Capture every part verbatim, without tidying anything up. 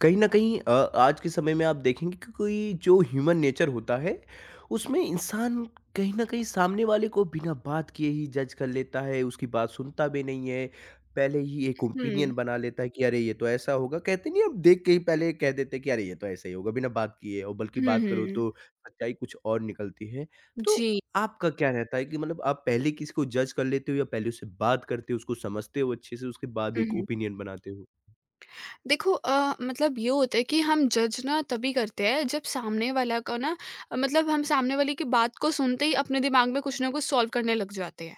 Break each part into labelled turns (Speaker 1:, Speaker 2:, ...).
Speaker 1: कहीं न कहीं अ, आज के समय में आप देखेंगे कि कोई जो ह्यूमन नेचर होता है, उसमें इंसान कहीं न कहीं सामने वाले को बिना बात किए ही जज कर लेता है, उसकी बात सुनता भी नहीं है। पहले ही एक ओपिनियन
Speaker 2: हुँ।
Speaker 1: बना लेता है कि अरे! ये तो ऐसा होगा, कहते नहीं हम देख के ही पहले कह देते हैं कि अरे! ये तो ऐसा ही होगा बिना बात किए, और बल्कि
Speaker 2: हुँ,
Speaker 1: बात करो
Speaker 2: हुँ।
Speaker 1: तो सच्चाई कुछ और निकलती है। तो
Speaker 2: जी।
Speaker 1: आपका क्या रहता है कि मतलब आप पहले किसी को जज कर लेते हो, या पहले उससे बात करते हो, उसको समझते हो अच्छे से, उसके बाद
Speaker 2: हुँ,
Speaker 1: एक
Speaker 2: हुँ।
Speaker 1: ओपिनियन बनाते हो?
Speaker 2: देखो, अ, मतलब ये होता है कि हम जज ना तभी करते हैं जब सामने वाला का ना, अ, मतलब हम सामने वाले की बात को सुनते ही अपने दिमाग में कुछ ना कुछ सॉल्व करने लग जाते हैं।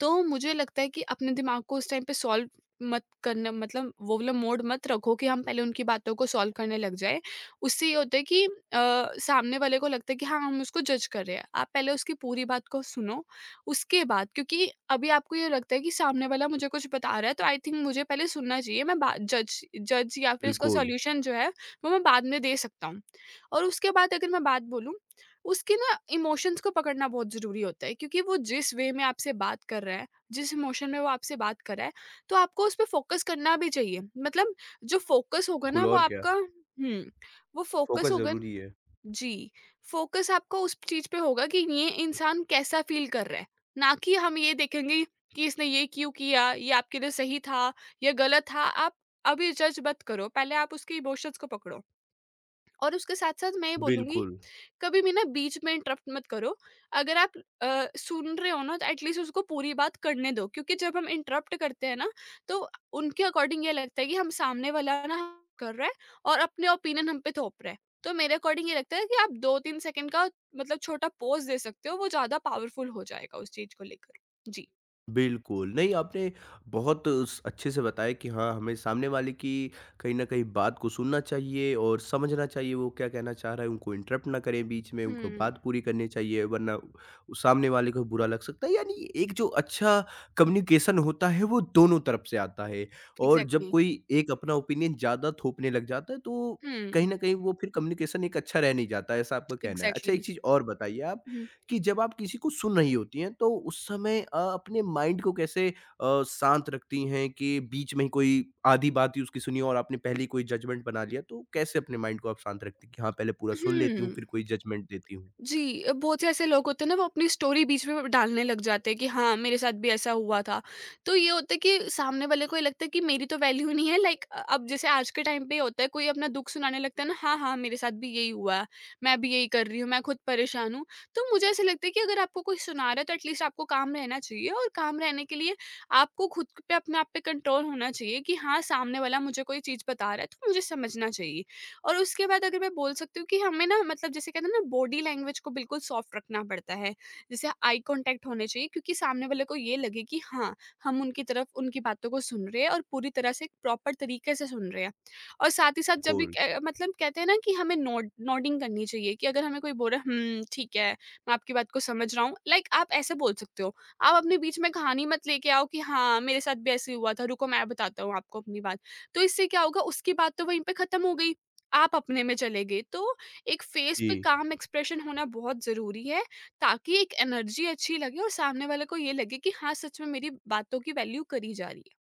Speaker 2: तो मुझे लगता है कि अपने दिमाग को उस टाइम पे सॉल्व मत करना, मतलब वो वाला मोड मत रखो कि हम पहले उनकी बातों को सॉल्व करने लग जाए। उससे ये होता है कि अ, सामने वाले को लगता है कि हाँ, हम उसको जज कर रहे हैं। आप पहले उसकी पूरी बात को सुनो, उसके बाद क्योंकि अभी आपको ये लगता है कि सामने वाला मुझे कुछ बता रहा है, तो आई थिंक मुझे पहले सुनना चाहिए। मैं बा जज जज या फिर उसका
Speaker 1: बिल्कुल,
Speaker 2: सॉल्यूशन जो है वो मैं बाद में दे सकता हूँ। और उसके बाद अगर मैं बात बोलूँ, उसके ना इमोशंस को पकड़ना बहुत ज़रूरी होता है, क्योंकि वो जिस वे में आपसे बात कर रहा है, जिस इमोशन में वो आपसे बात कर रहा है, तो आपको उस पे फ़ोकस करना भी चाहिए। मतलब जो फ़ोकस होगा
Speaker 1: बिल्कुल
Speaker 2: ना वो
Speaker 1: और क्या।
Speaker 2: आपका हुँ, वो फ़ोकस
Speaker 1: फ़ोकस
Speaker 2: होगा न-
Speaker 1: ज़रूरी है।
Speaker 2: जी, फ़ोकस आपका उस चीज़ पे होगा कि ये इंसान कैसा फ़ील कर रहा है, ना कि हम ये देखेंगे कि इसने ये क्यों किया, ये आपके लिए सही था या गलत था। आप अभी जज मत करो, पहले आप उसके इमोशंस को पकड़ो और उसके साथ-साथ मैं ये बोलूँगी,
Speaker 1: बिल्कुल,
Speaker 2: कभी भी ना बीच में इंटरप्ट मत करो। अगर आप अ, सुन रहे हो ना, तो एटलीस्ट उसको पूरी बात करने दो, क्योंकि जब हम इंटरप्ट करते हैं ना, तो उनके अकॉर्डिंग ये लगता है कि हम सामने वाला ना कर रहा है और अपने ओपिनियन हम पे थोप रहा है। तो मेरे अकॉर्डिंग ये लगता है कि आप दो तीन सेकंड का, मतलब छोटा पॉज़ दे सकते हो, वो ज़्यादा पावरफुल हो जाएगा उस चीज़ को लेकर। जी।
Speaker 1: बिल्कुल। नहीं, आपने बहुत स अच्छे से बताया कि हाँ, हमें सामने वाले की कहीं न कहीं बात को सुनना चाहिए और समझना चाहिए वो क्या कहना चाह रहा है, उनको इंटरप्ट ना करें बीच में, उनको
Speaker 2: हुँ,
Speaker 1: बात पूरी करनी चाहिए, वरना उ- सामने वाले को बुरा लग सकता है। यानी एक जो अच्छा कम्युनिकेशन होता है वो दोनों तरफ से आता है, और जब
Speaker 2: एग्ज़ैक्टली।
Speaker 1: कोई एक अपना ओपिनियन ज़्यादा थोपने लग जाता है तो कहीं
Speaker 2: हुँ,
Speaker 1: न कहीं वो फिर कम्युनिकेशन एक अच्छा रह नहीं जाता है, ऐसा आपका कहना है। अच्छा,
Speaker 2: एग्ज़ैक्टली।
Speaker 1: एक चीज़ और बताइए आप,
Speaker 2: हुँ,
Speaker 1: कि जब आप किसी को सुन रही होती हैं, तो उस समय अ, अपने माइंड को कैसे अ, शांत रखती हैं कि बीच में ही कोई आधी बात ही उसकी सुनी और आपने पहले ही कोई जजमेंट बना लिया? तो कैसे अपने माइंड को आप शांत रखती हैं कि हाँ, पहले पूरा सुन लेती हूँ, फिर
Speaker 2: हुँ।
Speaker 1: कोई जजमेंट देती हूँ?
Speaker 2: जी, अ, बहुत से ऐसे लोग होते हैं ना, वो अपनी स्टोरी बीच में डालने लग जाते हैं कि हाँ, मेरे साथ भी ऐसा हुआ था। तो ये होता है कि सामने वाले को ये लगता है कि मेरी तो वैल्यू नहीं है। लाइक अब जैसे आज के टाइम पे होता है, कोई अपना दुख सुनाने लगता है ना, हाँ हाँ मेरे साथ भी यही हुआ है, मैं भी यही कर रही हूँ, मैं खुद परेशान हूँ। तो मुझे ऐसा लगता है कि अगर आपको कोई सुना रहा है, तो एटलीस्ट आपको काम रहना चाहिए, और काम रहने के लिए आपको खुद पे, अपने आप पे कंट्रोल होना चाहिए कि हाँ, सामने वाला मुझे कोई चीज़ बता रहा है, तो मुझे समझना चाहिए। और उसके बाद अगर मैं बोल सकती हूँ कि हमें ना, मतलब जैसे कहते हैं ना, बॉडी लैंग्वेज को बिल्कुल सॉफ्ट रखना पड़ता है। जैसे आई कॉन्टैक्ट होने चाहिए, क्योंकि सामने वाले को ये लगे कि हाँ, हम उनकी तरफ, उनकी बातों को सुन रहे हैं, और पूरी तरह से प्रॉपर तरीके से सुन रहे हैं। और साथ ही साथ जब भी
Speaker 1: बिल्कुल,
Speaker 2: क मतलब कहते हैं ना कि हमें नोड, नोडिंग करनी चाहिए कि अगर हमें कोई बोल रहा है, हुँ, ठीक है, मैं आपकी बात को समझ रहा हूँ। लाइक आप ऐसे बोल सकते हो। आप अपने बीच में कहानी मत लेके आओ कि हाँ, मेरे साथ भी ऐसे ही हुआ था, रुको मैं बताता हूँ आपको अपनी बात। तो इससे क्या होगा, उसकी बात तो वहीं पे खत्म हो गई। आप अपने में चले गए। तो एक फेस
Speaker 1: जी।
Speaker 2: पे काम एक्सप्रेशन होना बहुत ज़रूरी है, ताकि एक एनर्जी अच्छी लगे और सामने वाले को ये लगे कि हाँ, सच में मेरी बातों की वैल्यू करी जा रही है।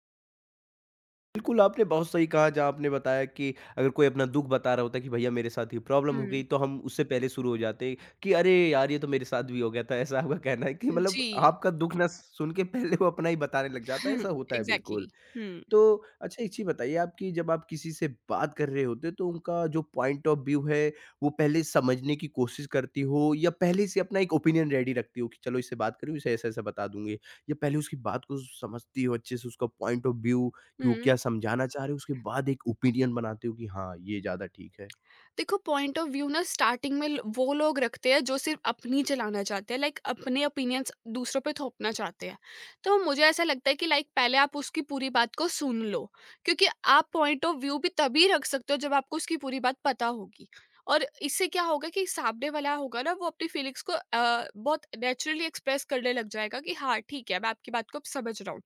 Speaker 1: बिल्कुल, आपने बहुत सही कहा, जहाँ आपने बताया कि अगर कोई अपना दुःख बता रहा होता है कि भैया मेरे साथ ये प्रॉब्लम हो गई,
Speaker 2: हुँ,
Speaker 1: तो हम उससे पहले शुरू हो जाते कि अरे यार, ये तो मेरे साथ भी हो गया था। ऐसा आपका कहना है कि मतलब
Speaker 2: जी।
Speaker 1: आपका दुःख ना सुन के पहले वो अपना ही बताने लग जाता है, ऐसा होता है बिल्कुल।
Speaker 2: एग्ज़ैक्टली। हुँ,
Speaker 1: तो अच्छा, एक चीज़ बताइए आप कि जब आप किसी से बात कर रहे होते हो, तो उनका जो पॉइंट ऑफ व्यू है, वो पहले समझने की कोशिश करती हो, या पहले से अपना एक ओपिनियन रेडी रखती हो कि चलो इससे बात करूँ, इसे ऐसा ऐसा बता दूंगी, या पहले उसकी बात को समझती हो अच्छे से उसका पॉइंट ऑफ व्यू कि वो
Speaker 2: हुँ।
Speaker 1: क्या समझाना चाह रहे हो, उसके बाद एक ओपिनियन बनाते हो कि हाँ, ये ज़्यादा ठीक है?
Speaker 2: देखो पॉइंट ऑफ व्यू ना, स्टार्टिंग में ल- वो लोग रखते हैं जो सिर्फ अपनी चलाना चाहते हैं, लाइक अपने ओपिनियंस दूसरों पे थोपना चाहते हैं। तो मुझे ऐसा लगता है कि लाइक पहले आप उसकी पूरी बात को सुन लो, क्योंकि आप पॉइंट ऑफ व्यू भी तभी रख सकते हो जब आपको उसकी पूरी बात पता होगी। और इससे क्या होगा कि सामने वाला होगा ना, वो अपनी फीलिंग्स को अ, बहुत नेचुरली एक्सप्रेस करने लग जाएगा कि हाँ ठीक है, मैं आपकी बात को अब समझ रहा हूँ।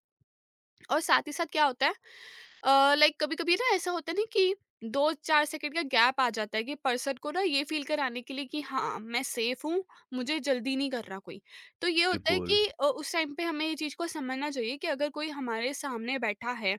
Speaker 2: और साथ ही साथ क्या होता है, अ, लाइक कभी-कभी ना ऐसा होता है ना कि दो चार सेकंड का गैप आ जाता है, कि पर्सन को ना ये फ़ील कराने के लिए कि हाँ, मैं सेफ हूँ, मुझे जल्दी नहीं कर रहा कोई। तो ये होता है
Speaker 1: बिल्कुल।
Speaker 2: कि अ, उस टाइम पे हमें ये चीज़ को समझना चाहिए कि अगर कोई हमारे सामने बैठा है,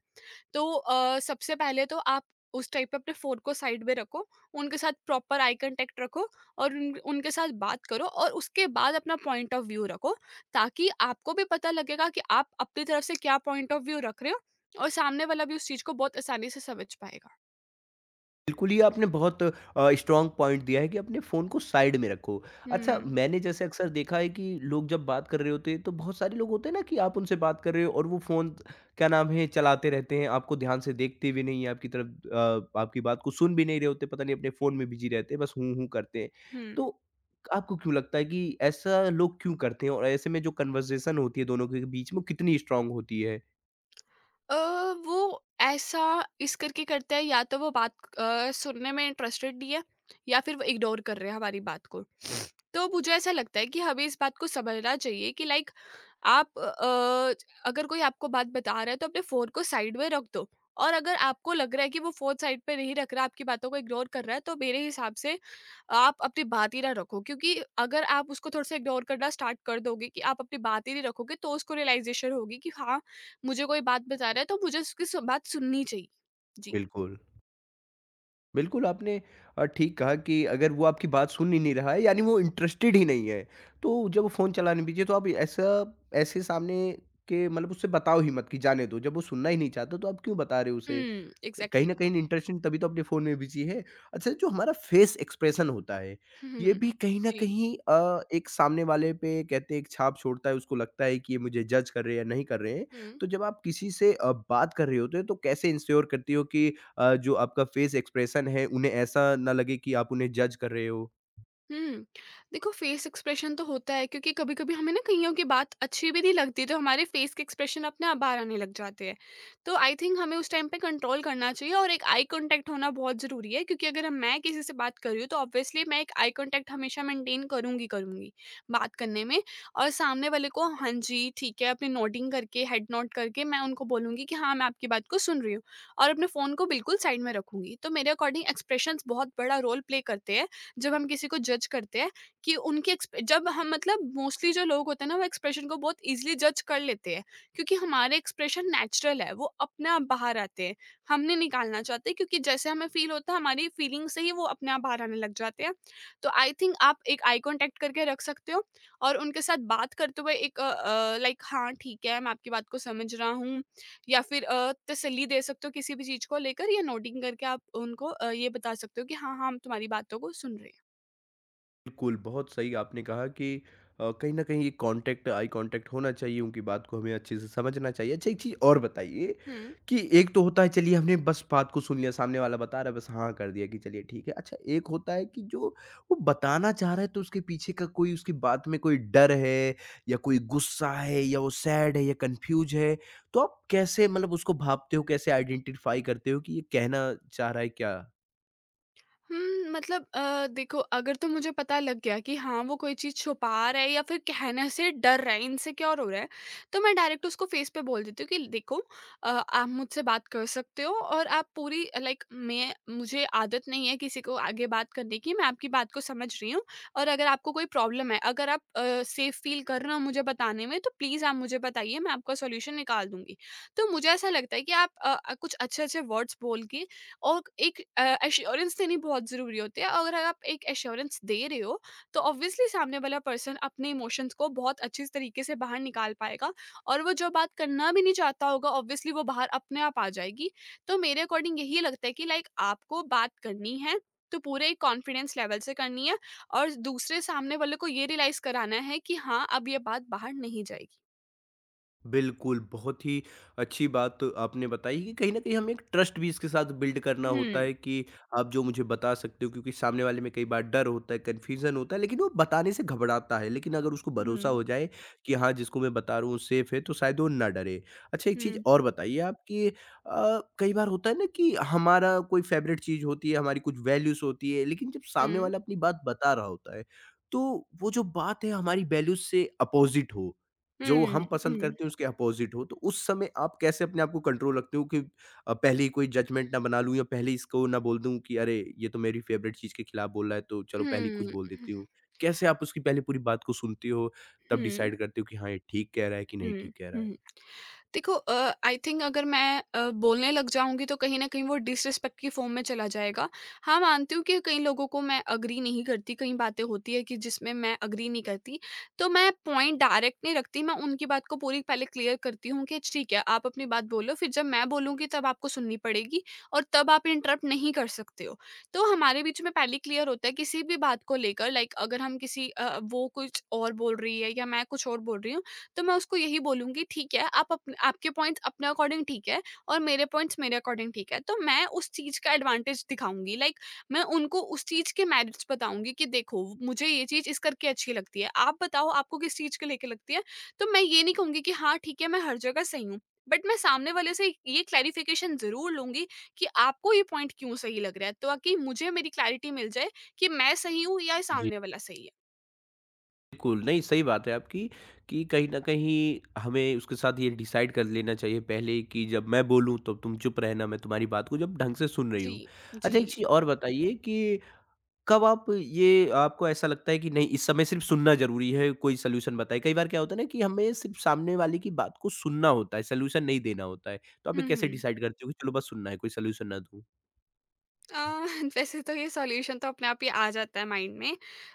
Speaker 2: तो अ, सबसे पहले तो आप उस टाइम पे अपने फ़ोन को साइड में रखो, उनके साथ प्रॉपर आई कॉन्टैक्ट रखो, और उन उनके साथ बात करो और उसके बाद अपना पॉइंट ऑफ व्यू रखो, ताकि आपको भी पता लगेगा कि आप अपनी तरफ से क्या पॉइंट ऑफ व्यू रख रहे हो और सामने वाला भी उस चीज़ को बहुत आसानी से समझ पाएगा।
Speaker 1: बिल्कुल, ये आपने बहुत अ, स्ट्रॉन्ग पॉइंट दिया है कि अपने फ़ोन को साइड में रखो। अच्छा,
Speaker 2: हुँ,
Speaker 1: मैंने जैसे अक्सर देखा है कि लोग जब बात कर रहे होते हैं, तो बहुत सारे लोग होते हैं ना कि आप उनसे बात कर रहे हो और वो फ़ोन, क्या नाम है, चलाते रहते हैं, आपको ध्यान से देखते भी नहीं हैं, आपकी तरफ अ, आपकी बात को सुन भी नहीं रहे होते, पता नहीं अपने फ़ोन में बिज़ी रहते हैं, बस हूँ, हूँ करते हैं।
Speaker 2: हुँ।
Speaker 1: तो आपको क्यों लगता है कि ऐसा लोग क्यों करते हैं, और ऐसे में जो कन्वर्सेशन होती है दोनों के बीच में, वो कितनी स्ट्रॉन्ग होती है?
Speaker 2: अ, वो ऐसा इस करके करता है, या तो वो बात अ, सुनने में इंटरेस्टेड नहीं है, या फिर वो इग्नोर कर रहे हैं हमारी बात को। तो मुझे ऐसा लगता है कि हमें इस बात को समझना चाहिए कि लाइक आप अ, अगर कोई आपको बात बता रहा है, तो अपने फ़ोन को साइड में रख दो। और अगर आपको लग रहा है कि वो फ़ोन साइड पे नहीं रख रहा, आपकी बातों को इग्नोर कर रहा है, तो मेरे हिसाब से आप अपनी बात ही ना रखो, क्योंकि अगर आप उसको थोड़ा-सा इग्नोर करना स्टार्ट कर दोगे कि आप अपनी बात ही नहीं रखोगे, तो उसको रियलाइज़ेशन होगी कि हाँ, मुझे कोई बात बता रहा है, तो मुझे उसकी सु बात सुननी चाहिए। जी।
Speaker 1: बिल्कुल। बिल्कुल, आपने अ, ठीक कहा कि अगर वो आपकी बात सुन ही नहीं रहा है, यानी वो इंटरेस्टेड ही नहीं है, तो जब वो फ़ोन चलाने बीजे, तो आप ऐसा ऐसे सामने के मतलब उससे बताओ ही मत कि जाने दो, जब वो सुनना ही नहीं चाहता तो आप क्यों बता रहे हो उसे?
Speaker 2: हुँ,
Speaker 1: कहीं
Speaker 2: एग्ज़ैक्टली।
Speaker 1: न कहीं इंटरेस्टिंग तभी तो अपने फ़ोन में बिज़ी है। अच्छा, जो हमारा फेस एक्सप्रेशन होता है,
Speaker 2: हुँ, हुँ,
Speaker 1: ये
Speaker 2: हुँ।
Speaker 1: भी कहीं न
Speaker 2: जी।
Speaker 1: कहीं अ, एक सामने वाले पे कहते हैं एक छाप छोड़ता है, उसको लगता है कि ये मुझे जज कर रहे हैं या नहीं कर रहे हैं।
Speaker 2: हुँ।
Speaker 1: तो जब आप किसी से अ, बात कर रहे होते हो, तो कैसे इंश्योर करती हो कि अ, जो आपका फेस एक्सप्रेशन है उन्हें ऐसा ना लगे कि आप उन्हें जज कर रहे हो?
Speaker 2: हुँ। देखो फेस एक्सप्रेशन तो होता है, क्योंकि कभी-कभी हमें ना कइयों की बात अच्छी भी नहीं लगती, तो हमारे फेस के एक्सप्रेशन अपने आप बाहर आने लग जाते हैं। तो आई थिंक हमें उस टाइम पे कंट्रोल करना चाहिए और एक आई कॉन्टैक्ट होना बहुत ज़रूरी है, क्योंकि अगर हम, मैं किसी से बात कर रही हूँ, तो ऑब्वियसली मैं एक आई कॉन्टैक्ट हमेशा मेंटेन करूँगी, करूँगी बात करने में। और सामने वाले को हाँ जी, ठीक है, अपनी नोटिंग करके, हेड नोट करके मैं उनको बोलूँगी कि हाँ, मैं आपकी बात को सुन रही हूँ और अपने फ़ोन को बिल्कुल साइड में रखूँगी। तो मेरे अकॉर्डिंग एक्सप्रेशंस बहुत बड़ा रोल प्ले करते हैं। जब हम किसी को जज करते हैं कि उनके एक्सप जब हम, मतलब मोस्टली जो लोग होते हैं ना, वो एक्सप्रेशन को बहुत इजीली जज कर लेते हैं, क्योंकि हमारे एक्सप्रेशन नेचुरल है, वो अपने आप बाहर आते हैं, हमने निकालना चाहते हैं, क्योंकि जैसे हमें फील होता है, हमारी फीलिंग से ही वो अपने आप बाहर आने लग जाते हैं। तो आई थिंक आप एक आई कॉन्टेक्ट करके रख सकते हो और उनके साथ बात करते हुए एक, लाइक हाँ ठीक है, मैं आपकी बात को समझ रहा हूँ, या फिर अ, तसल्ली दे सकते हो किसी भी चीज को लेकर, या नोटिंग करके आप उनको अ, ये बता सकते हो कि हाँ हाँ, हम तुम्हारी बातों को सुन रहे हैं।
Speaker 1: बिल्कुल, बहुत सही आपने कहा कि अ, कहीं न कहीं ये कॉन्टैक्ट, आई कॉन्टैक्ट होना चाहिए, उनकी बात को हमें अच्छे से समझना चाहिए। अच्छा, एक चीज़ और बताइए
Speaker 2: हुँ।
Speaker 1: कि एक तो होता है, चलिए हमने बस बात को सुन लिया, सामने वाला बता रहा है बस हाँ कर दिया कि चलिए ठीक है। अच्छा, एक होता है कि जो वो बताना चाह रहा है, तो उसके पीछे का कोई उसकी बात में कोई डर है, या कोई गुस्सा है, या वो सैड है, या कन्फ्यूज़ है, तो आप कैसे मतलब उसको भाँपते हो, कैसे आइडेंटिफ़ाई करते हो कि ये कहना चाह रहा है क्या?
Speaker 2: हुँ, मतलब अ, देखो, अगर तो मुझे पता लग गया कि हाँ, वो कोई चीज़ छुपा रहा है या फिर कहने से डर रहा है, इनसिक्योर हो रहा है, तो मैं डायरेक्ट उसको फ़ेस पे बोल देती हूँ कि देखो, अ, आप मुझसे बात कर सकते हो, और आप पूरी, लाइक मैं, मुझे आदत नहीं है किसी को आगे बात करने की, मैं आपकी बात को समझ रही हूँ। और अगर आपको कोई प्रॉब्लम है, अगर आप अ, सेफ़ फ़ील कर रहे हो मुझे बताने में, तो प्लीज़ आप मुझे बताइए, मैं आपका सॉल्यूशन निकाल दूँगी। तो मुझे ऐसा लगता है कि आप अ, कुछ अच्छे-अच्छे वर्ड्स बोल के और एक, अ, एश्योरेंस देनी बहुत ज़रूरी होती है। अगर आप एक एश्योरेंस दे रहे हो, तो ऑब्वियसली सामने वाला पर्सन अपने इमोशंस को बहुत अच्छे तरीके से बाहर निकाल पाएगा, और वो जो बात करना भी नहीं चाहता होगा, ऑब्वियसली वो बाहर अपने आप आ जाएगी। तो मेरे अकॉर्डिंग यही लगता है कि लाइक आपको बात करनी है, तो पूरे कॉन्फिडेंस लेवल से करनी है, और दूसरे सामने वाले को ये रियलाइज़ कराना है कि हाँ, अब ये बात बाहर नहीं जाएगी।
Speaker 1: बिल्कुल, बहुत ही अच्छी बात आपने बताई कि कहीं न कहीं हमें एक ट्रस्ट भी इसके साथ बिल्ड करना होता
Speaker 2: हुँ,
Speaker 1: है कि आप जो मुझे बता सकते हो, क्योंकि सामने वाले में कई बार डर होता है, कन्फ्यूज़न होता है, लेकिन वो बताने से घबराता है। लेकिन अगर उसको भरोसा
Speaker 2: हुँ,
Speaker 1: हो जाए कि हाँ, जिसको मैं बता रहा हूँ, वो सेफ़ है, तो शायद वो ना डरे। अच्छा, एक चीज़
Speaker 2: हुँ,
Speaker 1: और बताइए आप कि अ, कई बार होता है ना कि हमारा कोई फ़ेवरेट चीज़ होती है, हमारी कुछ वैल्यूज़ होती है, लेकिन जब सामने
Speaker 2: हुँ,
Speaker 1: वाला अपनी बात बता रहा होता है, तो वो जो बात है हमारी वैल्यूज़ से अपोज़िट हो, जो हम
Speaker 2: हुँ,
Speaker 1: पसंद
Speaker 2: हुँ,
Speaker 1: करते हैं उसके अपोज़िट हो, तो उस समय आप कैसे अपने आप को कंट्रोल रखते हो कि अ, पहले ही कोई जजमेंट ना बना लूँ, या पहले ही इसको ना बोल दूँ कि अरे! ये तो मेरी फ़ेवरेट चीज़ के खिलाफ बोल रहा है, तो चलो पहले ही कुछ
Speaker 2: हुँ,
Speaker 1: बोल देती हूँ। कैसे आप उसकी पहले पूरी बात को सुनते हो, तब
Speaker 2: हुँ।
Speaker 1: डिसाइड करते हो कि हाँ, ये ठीक कह रहा है कि नहीं
Speaker 2: हुँ,
Speaker 1: ठीक कह रहा है?
Speaker 2: हुँ। देखो, अ, आई थिंक अगर मैं अ, बोलने लग जाऊँगी, तो कहीं न कहीं वो डिसरिस्पेक्ट की फ़ॉर्म में चला जाएगा। हाँ, मानती हूँ कि कई लोगों को मैं एग्री नहीं करती, कई बातें होती हैं कि जिसमें मैं एग्री नहीं करती। तो मैं पॉइंट डायरेक्ट नहीं रखती, मैं उनकी बात को पूरी पहले क्लियर करती हूँ कि ठीक है, आप अपनी बात बोलो, फिर जब मैं बोलूँगी तब आपको सुननी पड़ेगी, और तब आप इंटरप्ट नहीं कर सकते हो। तो हमारे बीच में पहले क्लियर होता है किसी भी बात को लेकर लाइक अगर हम किसी अ, वो कुछ और बोल रही है या मैं कुछ और बोल रही हूँ तो मैं उसको यही बोलूँगी ठीक है, आप अपने आपके पॉइंट्स अपने अकॉर्डिंग ठीक है और मेरे पॉइंट्स मेरे अकॉर्डिंग ठीक है। तो मैं उस चीज़ का एडवांटेज दिखाऊँगी लाइक मैं उनको उस चीज़ के मेरिट्स बताऊँगी कि देखो मुझे ये चीज़ इस करके अच्छी लगती है। आप बताओ आपको किस चीज़ के लेके लगती है? तो मैं ये नहीं कहूँगी कि हाँ ठीक है, मैं हर जगह सही हूँ। बट मैं सामने वाले से ये क्लैरिफिकेशन ज़रूर लूँगी कि आपको ये पॉइंट क्यों सही लग रहा है? तो ताकि मुझे मेरी क्लैरिटी मिल जाए कि मैं सही हूँ या
Speaker 1: जी,
Speaker 2: सामने वाला सही है।
Speaker 1: बिल्कुल, नहीं सही बात है आपकी कि कहीं न कहीं हमें उसके साथ ये डिसाइड कर लेना चाहिए पहले कि जब मैं बोलूँ तब तुम चुप रहना, मैं तुम्हारी बात को जब ढंग से सुन रही
Speaker 2: जी,
Speaker 1: हूँ।
Speaker 2: जी।
Speaker 1: अच्छा, एक चीज़ और बताइए कि कब आप ये, आपको ऐसा लगता है कि नहीं, इस समय सिर्फ़ सुनना ज़रूरी है, कोई सॉल्यूशन बताए? कई बार क्या होता है ना कि हमें सिर्फ़ सामने वाले की बात को सुनना होता है, सॉल्यूशन नहीं देना होता है। तो आप ये
Speaker 2: हुँ,
Speaker 1: कैसे
Speaker 2: हुँ।
Speaker 1: डिसाइड करते हो कि चलो बस सुनना है, कोई सॉल्यूशन ना दूँ?
Speaker 2: अ, वैसे तो ये सॉल्यूशन तो अपने आप ही आ जाता है माइंड में।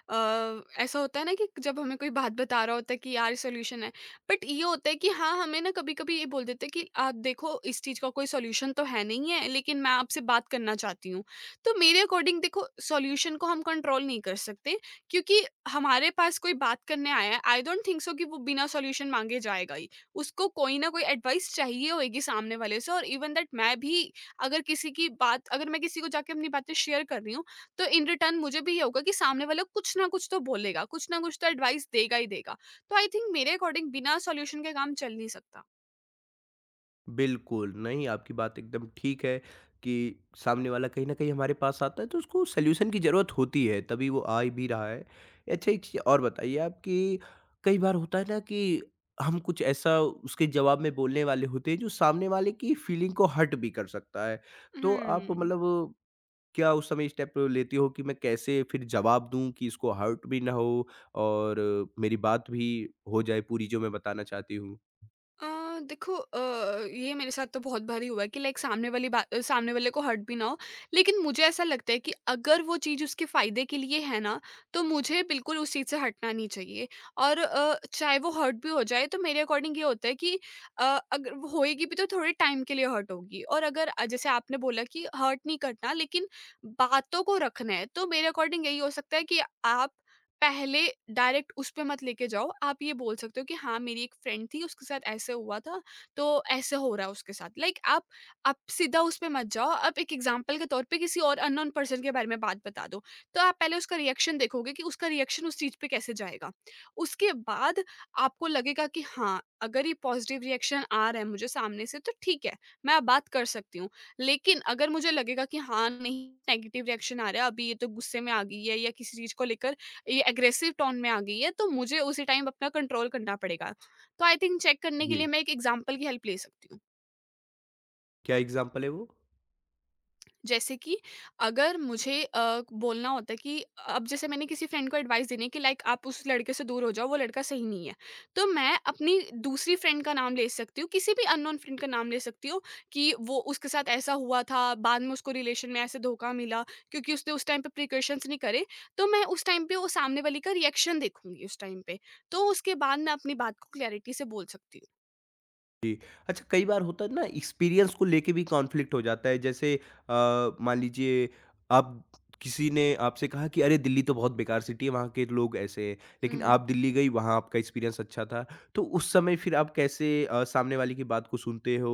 Speaker 2: अ, ऐसा होता है ना कि जब हमें कोई बात बता रहा होता है कि यार सॉल्यूशन है। बट ये होता है कि हाँ, हमें ना कभी कभी ये बोल देते हैं कि आप देखो इस चीज़ का कोई सॉल्यूशन तो है नहीं है, लेकिन मैं आपसे बात करना चाहती हूँ। तो मेरे अकॉर्डिंग देखो, सॉल्यूशन को हम कंट्रोल नहीं कर सकते, क्योंकि हमारे पास कोई बात करने आया है। आई डोंट थिंक सो कि वो बिना सॉल्यूशन मांगे जाएगा ही। उसको कोई ना कोई एडवाइस चाहिए होगी सामने वाले से, और इवन दैट मैं भी, अगर किसी की बात अगर मैं किसी को जाके अपनी बातें शेयर कर रही हूँ, तो इन रिटर्न मुझे भी ये होगा कि सामने वाला कुछ ना कुछ तो बोलेगा, कुछ ना कुछ तो एडवाइस देगा ही देगा। तो आई थिंक मेरे अकॉर्डिंग बिना सॉल्यूशन के काम चल नहीं सकता।
Speaker 1: बिल्कुल, नहीं आपकी बात एकदम ठीक है कि सामने वाला कहीं न कहीं हमारे पास आता है तो उसको सॉल्यूशन की ज़रूरत होती है, तभी वो आ ही भी रहा है। अच्छा, एक चीज़ और बताइए आप कि कई बार होता है ना कि हम कुछ ऐसा उसके जवाब में बोलने वाले होते हैं जो सामने वाले की फीलिंग को हर्ट भी कर सकता है। तो आप
Speaker 2: हम्म।
Speaker 1: मतलब क्या उस समय स्टेप लेती हो कि मैं कैसे फिर जवाब दूँ कि इसको हर्ट भी ना हो और मेरी बात भी हो जाए पूरी जो मैं बताना चाहती हूँ?
Speaker 2: अ, देखो, अ, ये मेरे साथ तो बहुत बार ही हुआ है कि लाइक सामने वाली बात अ, सामने वाले को हर्ट भी ना हो। लेकिन मुझे ऐसा लगता है कि अगर वो चीज़ उसके फ़ायदे के लिए है ना, तो मुझे बिल्कुल उस चीज़ से हटना नहीं चाहिए। और अ, चाहे वो हर्ट भी हो जाए तो मेरे अकॉर्डिंग ये होता है कि अ, अगर वो होएगी भी तो थोड़े टाइम के लिए हर्ट होगी। और अगर, अ, जैसे आपने बोला कि हर्ट नहीं करना लेकिन बातों को रखना है, तो मेरे अकॉर्डिंग यही हो सकता है कि आप पहले डायरेक्ट उस पे मत लेके जाओ, आप ये बोल सकते हो कि हाँ, मेरी एक फ्रेंड थी, उसके साथ ऐसे हुआ था, तो ऐसे हो रहा है उसके साथ। लाइक like, आप आप सीधा उस पे मत जाओ, आप एक एग्ज़ाम्पल के तौर पे किसी और अननोन पर्सन के बारे में बात बता दो। तो आप पहले उसका रिएक्शन देखोगे कि उसका रिएक्शन उस चीज़ पे कैसे जाएगा। उसके बाद आपको लगेगा कि हाँ, अगर ये पॉज़िटिव रिएक्शन आ रहा है मुझे सामने से तो ठीक है, मैं अब बात कर सकती हूँ। लेकिन अगर मुझे लगेगा कि हाँ, नहीं, नेगेटिव रिएक्शन आ रहा है, अभी ये तो गुस्से में आ गई है या किसी चीज़ को लेकर ये एग्रेसिव टोन में आ गई है, तो मुझे उसी टाइम अपना कंट्रोल करना पड़ेगा। तो आई थिंक चेक करने के लिए
Speaker 1: जी,
Speaker 2: मैं एक एग्ज़ाम्पल की हेल्प ले सकती हूँ।
Speaker 1: क्या एग्ज़ाम्पल है वो?
Speaker 2: जैसे कि अगर मुझे अ, बोलना होता है कि अब जैसे मैंने किसी फ्रेंड को एडवाइस देनी है कि लाइक आप उस लड़के से दूर हो जाओ, वो लड़का सही नहीं है, तो मैं अपनी दूसरी फ्रेंड का नाम ले सकती हूँ, किसी भी अननोन फ्रेंड का नाम ले सकती हूँ कि वो उसके साथ ऐसा हुआ था, बाद में उसको रिलेशन में ऐसे धोखा मिला, क्योंकि उसने उस टाइम पे प्रिकॉशंस नहीं करे। तो मैं उस टाइम पे वो सामने वाली का रिएक्शन देखूंगी उस टाइम पे, तो उसके बाद मैं अपनी बात को क्लैरिटी से बोल सकती
Speaker 1: जी। अच्छा, कई बार होता है ना एक्सपीरियंस को लेके भी कॉन्फ्लिक्ट हो जाता है, जैसे अ, मान लीजिए आप, किसी ने आपसे कहा कि अरे दिल्ली तो बहुत बेकार सिटी है, वहाँ के लोग ऐसे हैं, लेकिन
Speaker 2: हूँ।
Speaker 1: आप दिल्ली गई, वहाँ आपका एक्सपीरियंस अच्छा था, तो उस समय फिर आप कैसे अ, सामने वाले की बात को सुनते हो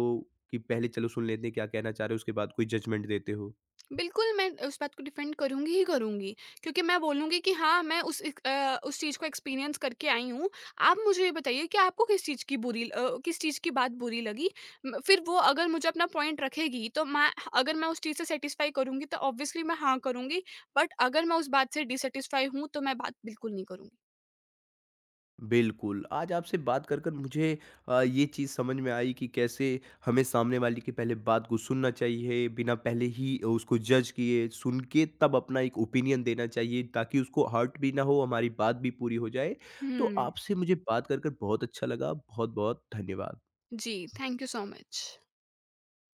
Speaker 1: कि पहले चलो सुन लेते हैं क्या कहना चाह रहे हो, उसके बाद कोई जजमेंट देते हो?
Speaker 2: बिल्कुल, मैं उस बात को डिफेंड करूँगी ही करूँगी, क्योंकि मैं बोलूँगी कि हाँ, मैं उस एक अ, उस चीज़ को एक्सपीरियंस करके आई हूँ। आप मुझे ये बताइए कि आपको किस चीज़ की बुरी ल- अ, किस चीज़ की बात बुरी लगी? म फिर वो अगर मुझे अपना पॉइंट रखेगी, तो मैं अगर मैं उस चीज़ से सैटिस्फाई करूँगी, तो ऑब्वियसली मैं हाँ करूँगी, बट अगर मैं उस बात से डिसैटिस्फाई हूँ, तो मैं बात बिल्कुल नहीं करूँगी।
Speaker 1: बिल्कुल, आज आपसे बात कर कर मुझे अ, ये चीज़ समझ में आई कि कैसे हमें सामने वाले की पहले बात को सुनना चाहिए, बिना पहले ही उसको जज किए, सुन के तब अपना एक ओपिनियन देना चाहिए, ताकि उसको हर्ट भी ना हो, हमारी बात भी पूरी हो जाए। तो
Speaker 2: हुँ,
Speaker 1: आपसे मुझे बात कर कर बहुत अच्छा लगा, बहुत-बहुत धन्यवाद।
Speaker 2: जी, थैंक यू सो मच।